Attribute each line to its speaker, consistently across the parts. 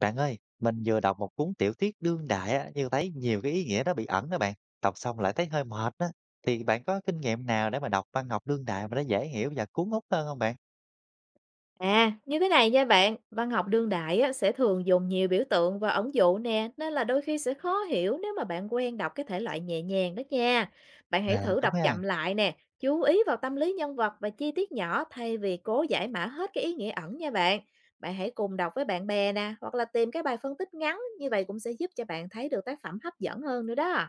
Speaker 1: Bạn ơi, mình vừa đọc một cuốn tiểu thuyết đương đại á, nhưng thấy nhiều cái ý nghĩa nó bị ẩn đó bạn. Đọc xong lại thấy hơi mệt đó. Thì bạn có kinh nghiệm nào để mà đọc văn học đương đại mà nó dễ hiểu và cuốn hút hơn không bạn?
Speaker 2: À, như thế này nha bạn, văn học đương đại á, sẽ thường dùng nhiều biểu tượng và ẩn dụ nè, nên là đôi khi sẽ khó hiểu nếu mà bạn quen đọc cái thể loại nhẹ nhàng đó nha. Bạn hãy
Speaker 1: À
Speaker 2: thử đọc
Speaker 1: đúng ha.
Speaker 2: chậm lại nè, chú ý vào tâm lý nhân vật và chi tiết nhỏ thay vì cố giải mã hết cái ý nghĩa ẩn nha bạn. Bạn hãy cùng đọc với bạn bè nè, hoặc là tìm cái bài phân tích ngắn, như vậy cũng sẽ giúp cho bạn thấy được tác phẩm hấp dẫn hơn nữa đó.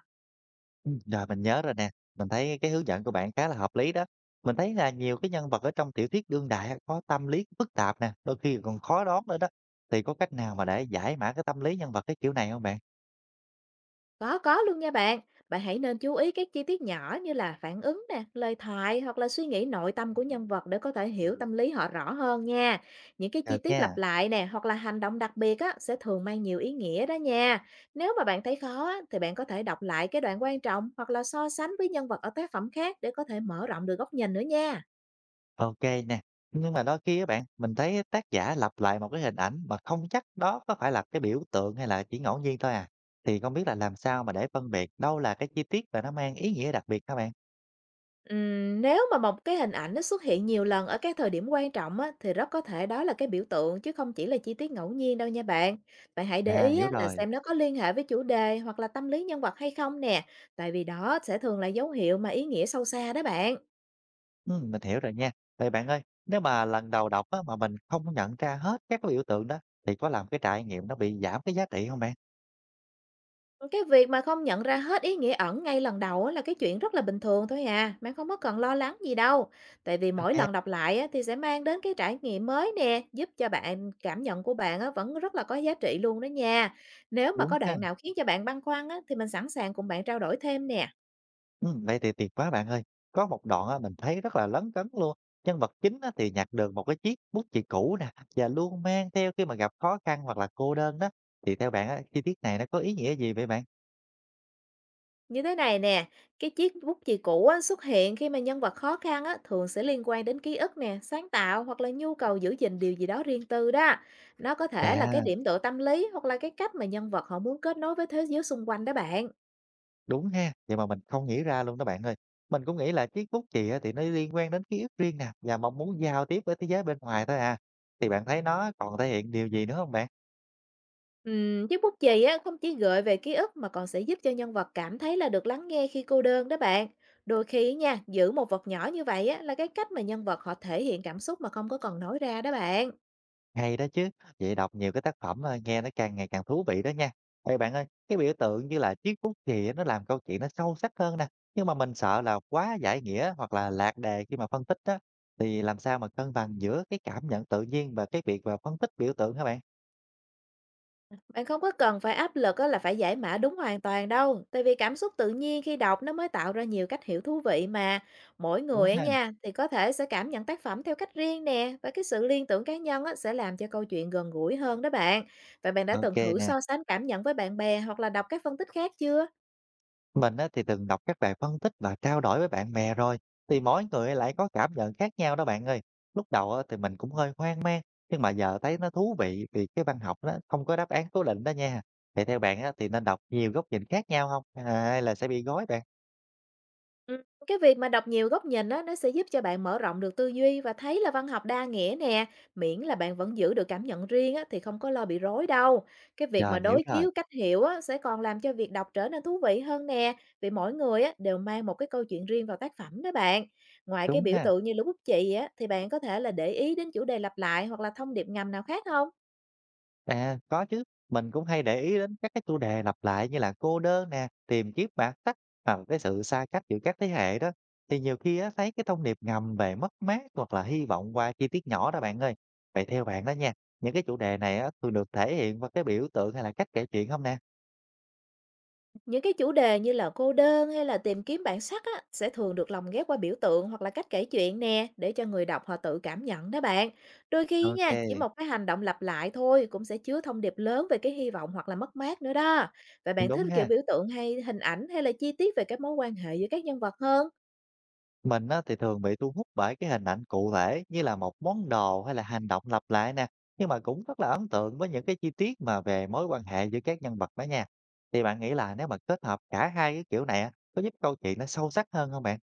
Speaker 1: Ừ, rồi mình nhớ rồi nè. Mình thấy cái hướng dẫn của bạn khá là hợp lý đó. Mình thấy là nhiều cái nhân vật ở trong tiểu thuyết đương đại á, có tâm lý phức tạp nè, đôi khi còn khó đoán nữa đó. Thì có cách nào mà để giải mã cái tâm lý nhân vật cái kiểu này không bạn?
Speaker 2: Có luôn nha bạn. Bạn hãy nên chú ý các chi tiết nhỏ như là phản ứng nè, lời thoại hoặc là suy nghĩ nội tâm của nhân vật để có thể hiểu tâm lý họ rõ hơn nha. Những cái chi
Speaker 1: Được
Speaker 2: tiết lặp
Speaker 1: nha.
Speaker 2: lại nè hoặc là hành động đặc biệt á sẽ thường mang nhiều ý nghĩa đó nha. Nếu mà bạn thấy khó á, thì bạn có thể đọc lại cái đoạn quan trọng hoặc là so sánh với nhân vật ở tác phẩm khác để có thể mở rộng được góc nhìn nữa nha.
Speaker 1: OK nè. Nhưng mà đôi khi các bạn, mình thấy tác giả lặp lại một cái hình ảnh mà không chắc đó có phải là cái biểu tượng hay là chỉ ngẫu nhiên thôi à. Thì không biết là làm sao mà để phân biệt đâu là cái chi tiết và nó mang ý nghĩa đặc biệt các bạn?
Speaker 2: Nếu mà một cái hình ảnh nó xuất hiện nhiều lần ở các thời điểm quan trọng á, thì rất có thể đó là cái biểu tượng chứ không chỉ là chi tiết ngẫu nhiên đâu nha bạn. Bạn hãy để
Speaker 1: À,
Speaker 2: ý á,
Speaker 1: hiểu
Speaker 2: là
Speaker 1: rồi.
Speaker 2: xem nó có liên hệ với chủ đề hoặc là tâm lý nhân vật hay không nè, tại vì đó sẽ thường là dấu hiệu mà ý nghĩa sâu xa đó bạn.
Speaker 1: Mình hiểu rồi nha. Vậy bạn ơi, nếu mà lần đầu đọc á, mà mình không nhận ra hết các cái biểu tượng đó, thì có làm cái trải nghiệm nó bị giảm cái giá trị không bạn?
Speaker 2: Cái việc mà không nhận ra hết ý nghĩa ẩn ngay lần đầu á là cái chuyện rất là bình thường thôi à, bạn không có cần lo lắng gì đâu. Tại vì mỗi
Speaker 1: OK,
Speaker 2: lần đọc lại á, thì sẽ mang đến cái trải nghiệm mới nè, giúp cho bạn cảm nhận của bạn á, vẫn rất là có giá trị luôn đó nha. Nếu mà
Speaker 1: đúng
Speaker 2: có
Speaker 1: ha.
Speaker 2: đoạn nào khiến cho bạn băn khoăn á, thì mình sẵn sàng cùng bạn trao đổi thêm nè.
Speaker 1: Vậy thì tuyệt quá bạn ơi. Có một đoạn á, mình thấy rất là lấn cấn luôn. Nhân vật chính á, thì nhặt được một cái chiếc bút chì cũ nè và luôn mang theo khi mà gặp khó khăn hoặc là cô đơn đó. Thì theo bạn á, chi tiết này nó có ý nghĩa gì vậy bạn?
Speaker 2: Như thế này nè, cái chiếc bút chì cũ á, xuất hiện khi mà nhân vật khó khăn á, thường sẽ liên quan đến ký ức nè, sáng tạo hoặc là nhu cầu giữ gìn điều gì đó riêng tư đó. Nó có thể là cái
Speaker 1: À,
Speaker 2: điểm tựa tâm lý hoặc là cái cách mà nhân vật họ muốn kết nối với thế giới xung quanh đó bạn.
Speaker 1: đúng ha. Vậy mà mình không nghĩ ra luôn đó bạn ơi. Mình cũng nghĩ là chiếc bút chì á, thì nó liên quan đến ký ức riêng nè và mong muốn giao tiếp với thế giới bên ngoài thôi à. Thì bạn thấy nó còn thể hiện điều gì nữa không bạn?
Speaker 2: Chiếc bút chì á, không chỉ gợi về ký ức mà còn sẽ giúp cho nhân vật cảm thấy là được lắng nghe khi cô đơn đó bạn. Đôi khi nha, giữ một vật nhỏ như vậy á, là cái cách mà nhân vật họ thể hiện cảm xúc mà không có còn nói ra đó bạn.
Speaker 1: Hay đó chứ, vậy đọc nhiều cái tác phẩm, nghe nó càng ngày càng thú vị đó nha. Ê, bạn ơi, cái biểu tượng như là chiếc bút chì á, nó làm câu chuyện nó sâu sắc hơn nè, nhưng mà mình sợ là quá giải nghĩa hoặc là lạc đề khi mà phân tích đó, thì làm sao mà cân bằng giữa cái cảm nhận tự nhiên và cái việc mà phân tích biểu tượng hả bạn?
Speaker 2: Bạn không có cần phải áp lực á là phải giải mã đúng hoàn toàn đâu, tại vì cảm xúc tự nhiên khi đọc nó mới tạo ra nhiều cách hiểu thú vị mà. Mỗi
Speaker 1: Đúng
Speaker 2: người ấy
Speaker 1: ha?
Speaker 2: nha thì có thể sẽ cảm nhận tác phẩm theo cách riêng nè và cái sự liên tưởng cá nhân á sẽ làm cho câu chuyện gần gũi hơn đó bạn. Vậy bạn đã
Speaker 1: Ô
Speaker 2: từng
Speaker 1: kê
Speaker 2: thử
Speaker 1: nè.
Speaker 2: so sánh cảm nhận với bạn bè hoặc là đọc các phân tích khác chưa?
Speaker 1: Mình á, thì từng đọc các bài phân tích và trao đổi với bạn bè rồi, thì mỗi người lại có cảm nhận khác nhau đó bạn ơi. Lúc đầu á, thì mình cũng hơi hoang mang, nhưng mà giờ thấy nó thú vị vì cái văn học nó không có đáp án cố định đó nha. Vậy theo bạn á, thì nên đọc nhiều góc nhìn khác nhau không? À, hay là sẽ bị gói bạn?
Speaker 2: Ừm, cái việc mà đọc nhiều góc nhìn á, nó sẽ giúp cho bạn mở rộng được tư duy và thấy là văn học đa nghĩa nè, miễn là bạn vẫn giữ được cảm nhận riêng á, thì không có lo bị rối đâu. Cái việc mà
Speaker 1: Rồi, hiểu
Speaker 2: đối
Speaker 1: rồi.
Speaker 2: chiếu cách hiểu á, sẽ còn làm cho việc đọc trở nên thú vị hơn nè, vì mỗi người á, đều mang một cái câu chuyện riêng vào tác phẩm đó bạn. Ngoài cái
Speaker 1: Đúng
Speaker 2: biểu
Speaker 1: ha.
Speaker 2: tượng như lũ bút chì á, thì bạn có thể là để ý đến chủ đề lặp lại hoặc là thông điệp ngầm nào khác không?
Speaker 1: À, có chứ, mình cũng hay để ý đến các cái chủ đề lặp lại như là cô đơn nè, tìm kiếm bản sắc hoặc cái sự xa cách giữa các thế hệ đó. Thì nhiều khi á, thấy cái thông điệp ngầm về mất mát hoặc là hy vọng qua chi tiết nhỏ đó bạn ơi. Vậy theo bạn đó nha, những cái chủ đề này á, thường được thể hiện qua cái biểu tượng hay là cách kể chuyện không nè?
Speaker 2: Những cái chủ đề như là cô đơn hay là tìm kiếm bản sắc á, sẽ thường được lồng ghép qua biểu tượng hoặc là cách kể chuyện nè, để cho người đọc họ tự cảm nhận đó bạn. Đôi khi
Speaker 1: OK,
Speaker 2: nha, chỉ một cái hành động lặp lại thôi cũng sẽ chứa thông điệp lớn về cái hy vọng hoặc là mất mát nữa đó. Vậy
Speaker 1: cũng
Speaker 2: bạn
Speaker 1: đúng
Speaker 2: thích kiểu
Speaker 1: ha.
Speaker 2: biểu tượng hay hình ảnh hay là chi tiết về các mối quan hệ giữa các nhân vật hơn?
Speaker 1: Mình á, thì thường bị thu hút bởi cái hình ảnh cụ thể như là một món đồ hay là hành động lặp lại nè. Nhưng mà cũng rất là ấn tượng với những cái chi tiết mà về mối quan hệ giữa các nhân vật đó nha. Thì bạn nghĩ là nếu mà kết hợp cả hai cái kiểu này á, có giúp câu chuyện nó sâu sắc hơn không bạn?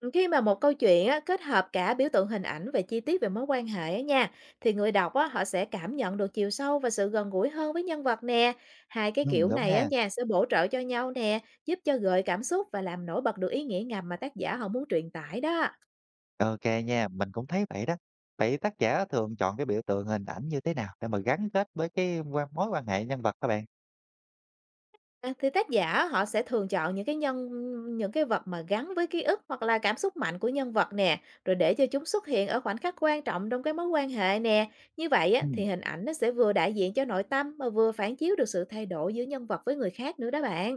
Speaker 2: Khi mà một câu chuyện á, kết hợp cả biểu tượng hình ảnh và chi tiết về mối quan hệ á nha, thì người đọc á, họ sẽ cảm nhận được chiều sâu và sự gần gũi hơn với nhân vật nè. Hai cái
Speaker 1: Ừ,
Speaker 2: kiểu
Speaker 1: đúng
Speaker 2: này á
Speaker 1: ha.
Speaker 2: nha sẽ bổ trợ cho nhau nè, giúp cho gợi cảm xúc và làm nổi bật được ý nghĩa ngầm mà tác giả họ muốn truyền tải đó.
Speaker 1: OK nha, mình cũng thấy vậy đó. Vậy tác giả thường chọn cái biểu tượng hình ảnh như thế nào để mà gắn kết với cái mối quan hệ nhân vật các bạn?
Speaker 2: À, thì tác giả họ sẽ thường chọn những cái vật mà gắn với ký ức hoặc là cảm xúc mạnh của nhân vật nè, rồi để cho chúng xuất hiện ở khoảnh khắc quan trọng trong cái mối quan hệ nè. Như vậy á, thì
Speaker 1: Ừ.
Speaker 2: hình ảnh nó sẽ vừa đại diện cho nội tâm mà vừa phản chiếu được sự thay đổi giữa nhân vật với người khác nữa đó bạn.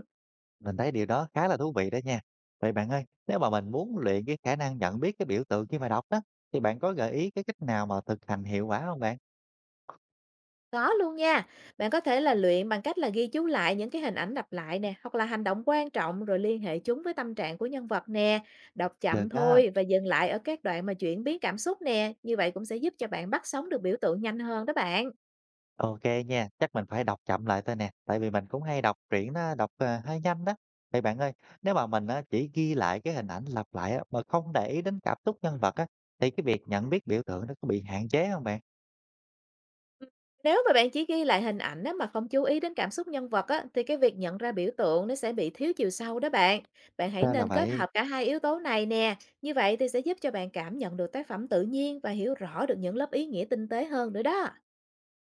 Speaker 1: Mình thấy điều đó khá là thú vị đó nha. Vậy bạn ơi, nếu mà mình muốn luyện cái khả năng nhận biết cái biểu tượng khi mà đọc đó, thì bạn có gợi ý cái cách nào mà thực hành hiệu quả không bạn?
Speaker 2: Có luôn nha. Bạn có thể là luyện bằng cách là ghi chú lại những cái hình ảnh lặp lại nè, hoặc là hành động quan trọng rồi liên hệ chúng với tâm trạng của nhân vật nè. Đọc
Speaker 1: Được
Speaker 2: chậm
Speaker 1: đó.
Speaker 2: thôi và dừng lại ở các đoạn mà chuyển biến cảm xúc nè. Như vậy cũng sẽ giúp cho bạn bắt sống được biểu tượng nhanh hơn đó bạn.
Speaker 1: OK nha, chắc mình phải đọc chậm lại thôi nè, tại vì mình cũng hay đọc truyện đó, đọc hơi nhanh đó. Vậy bạn ơi, nếu mà mình chỉ ghi lại cái hình ảnh lặp lại á, mà không để ý đến cảm xúc nhân vật á, thì cái việc nhận biết biểu tượng nó có bị hạn chế không bạn?
Speaker 2: Ừ, nếu mà bạn chỉ ghi lại hình ảnh á, mà không chú ý đến cảm xúc nhân vật á, thì cái việc nhận ra biểu tượng nó sẽ bị thiếu chiều sâu đó bạn. Bạn hãy
Speaker 1: Ra là
Speaker 2: nên kết
Speaker 1: vậy.
Speaker 2: hợp cả hai yếu tố này nè. Như vậy thì sẽ giúp cho bạn cảm nhận được tác phẩm tự nhiên và hiểu rõ được những lớp ý nghĩa tinh tế hơn nữa đó.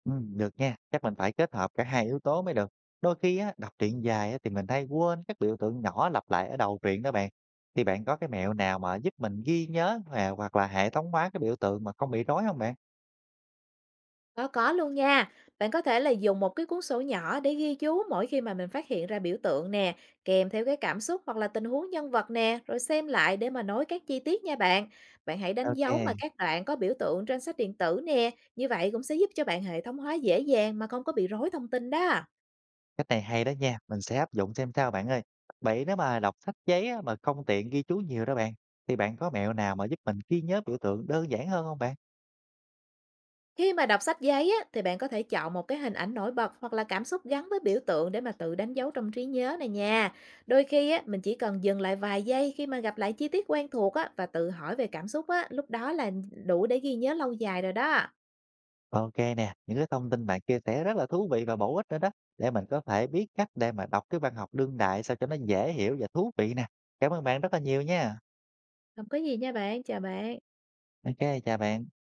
Speaker 1: Được nha, chắc mình phải kết hợp cả hai yếu tố mới được. Đôi khi á, đọc truyện dài á, thì mình hay quên các biểu tượng nhỏ lặp lại ở đầu truyện đó bạn. Thì bạn có cái mẹo nào mà giúp mình ghi nhớ hòa hoặc là hệ thống hóa cái biểu tượng mà không bị rối không bạn?
Speaker 2: Có luôn nha. Bạn có thể là dùng một cái cuốn sổ nhỏ để ghi chú mỗi khi mà mình phát hiện ra biểu tượng nè, kèm theo cái cảm xúc hoặc là tình huống nhân vật nè, rồi xem lại để mà nối các chi tiết nha bạn. Bạn hãy đánh dấu mà
Speaker 1: OK,
Speaker 2: các đoạn có biểu tượng trên sách điện tử nè, như vậy cũng sẽ giúp cho bạn hệ thống hóa dễ dàng mà không có bị rối thông tin đó.
Speaker 1: cách này hay đó nha, mình sẽ áp dụng xem sao bạn ơi. Vậy nếu mà đọc sách giấy á, mà không tiện ghi chú nhiều đó bạn, thì bạn có mẹo nào mà giúp mình ghi nhớ biểu tượng đơn giản hơn không bạn?
Speaker 2: Khi mà đọc sách giấy á, thì bạn có thể chọn một cái hình ảnh nổi bật hoặc là cảm xúc gắn với biểu tượng để mà tự đánh dấu trong trí nhớ này nha. Đôi khi á, mình chỉ cần dừng lại vài giây khi mà gặp lại chi tiết quen thuộc á, và tự hỏi về cảm xúc á, lúc đó là đủ để ghi nhớ lâu dài rồi đó.
Speaker 1: OK nè, những cái thông tin bạn chia sẻ rất là thú vị và bổ ích nữa đó, để mình có thể biết cách để mà đọc cái văn học đương đại sao cho nó dễ hiểu và thú vị nè. Cảm ơn bạn rất là nhiều nha.
Speaker 2: Không có gì nha bạn, chào bạn.
Speaker 1: OK, chào bạn.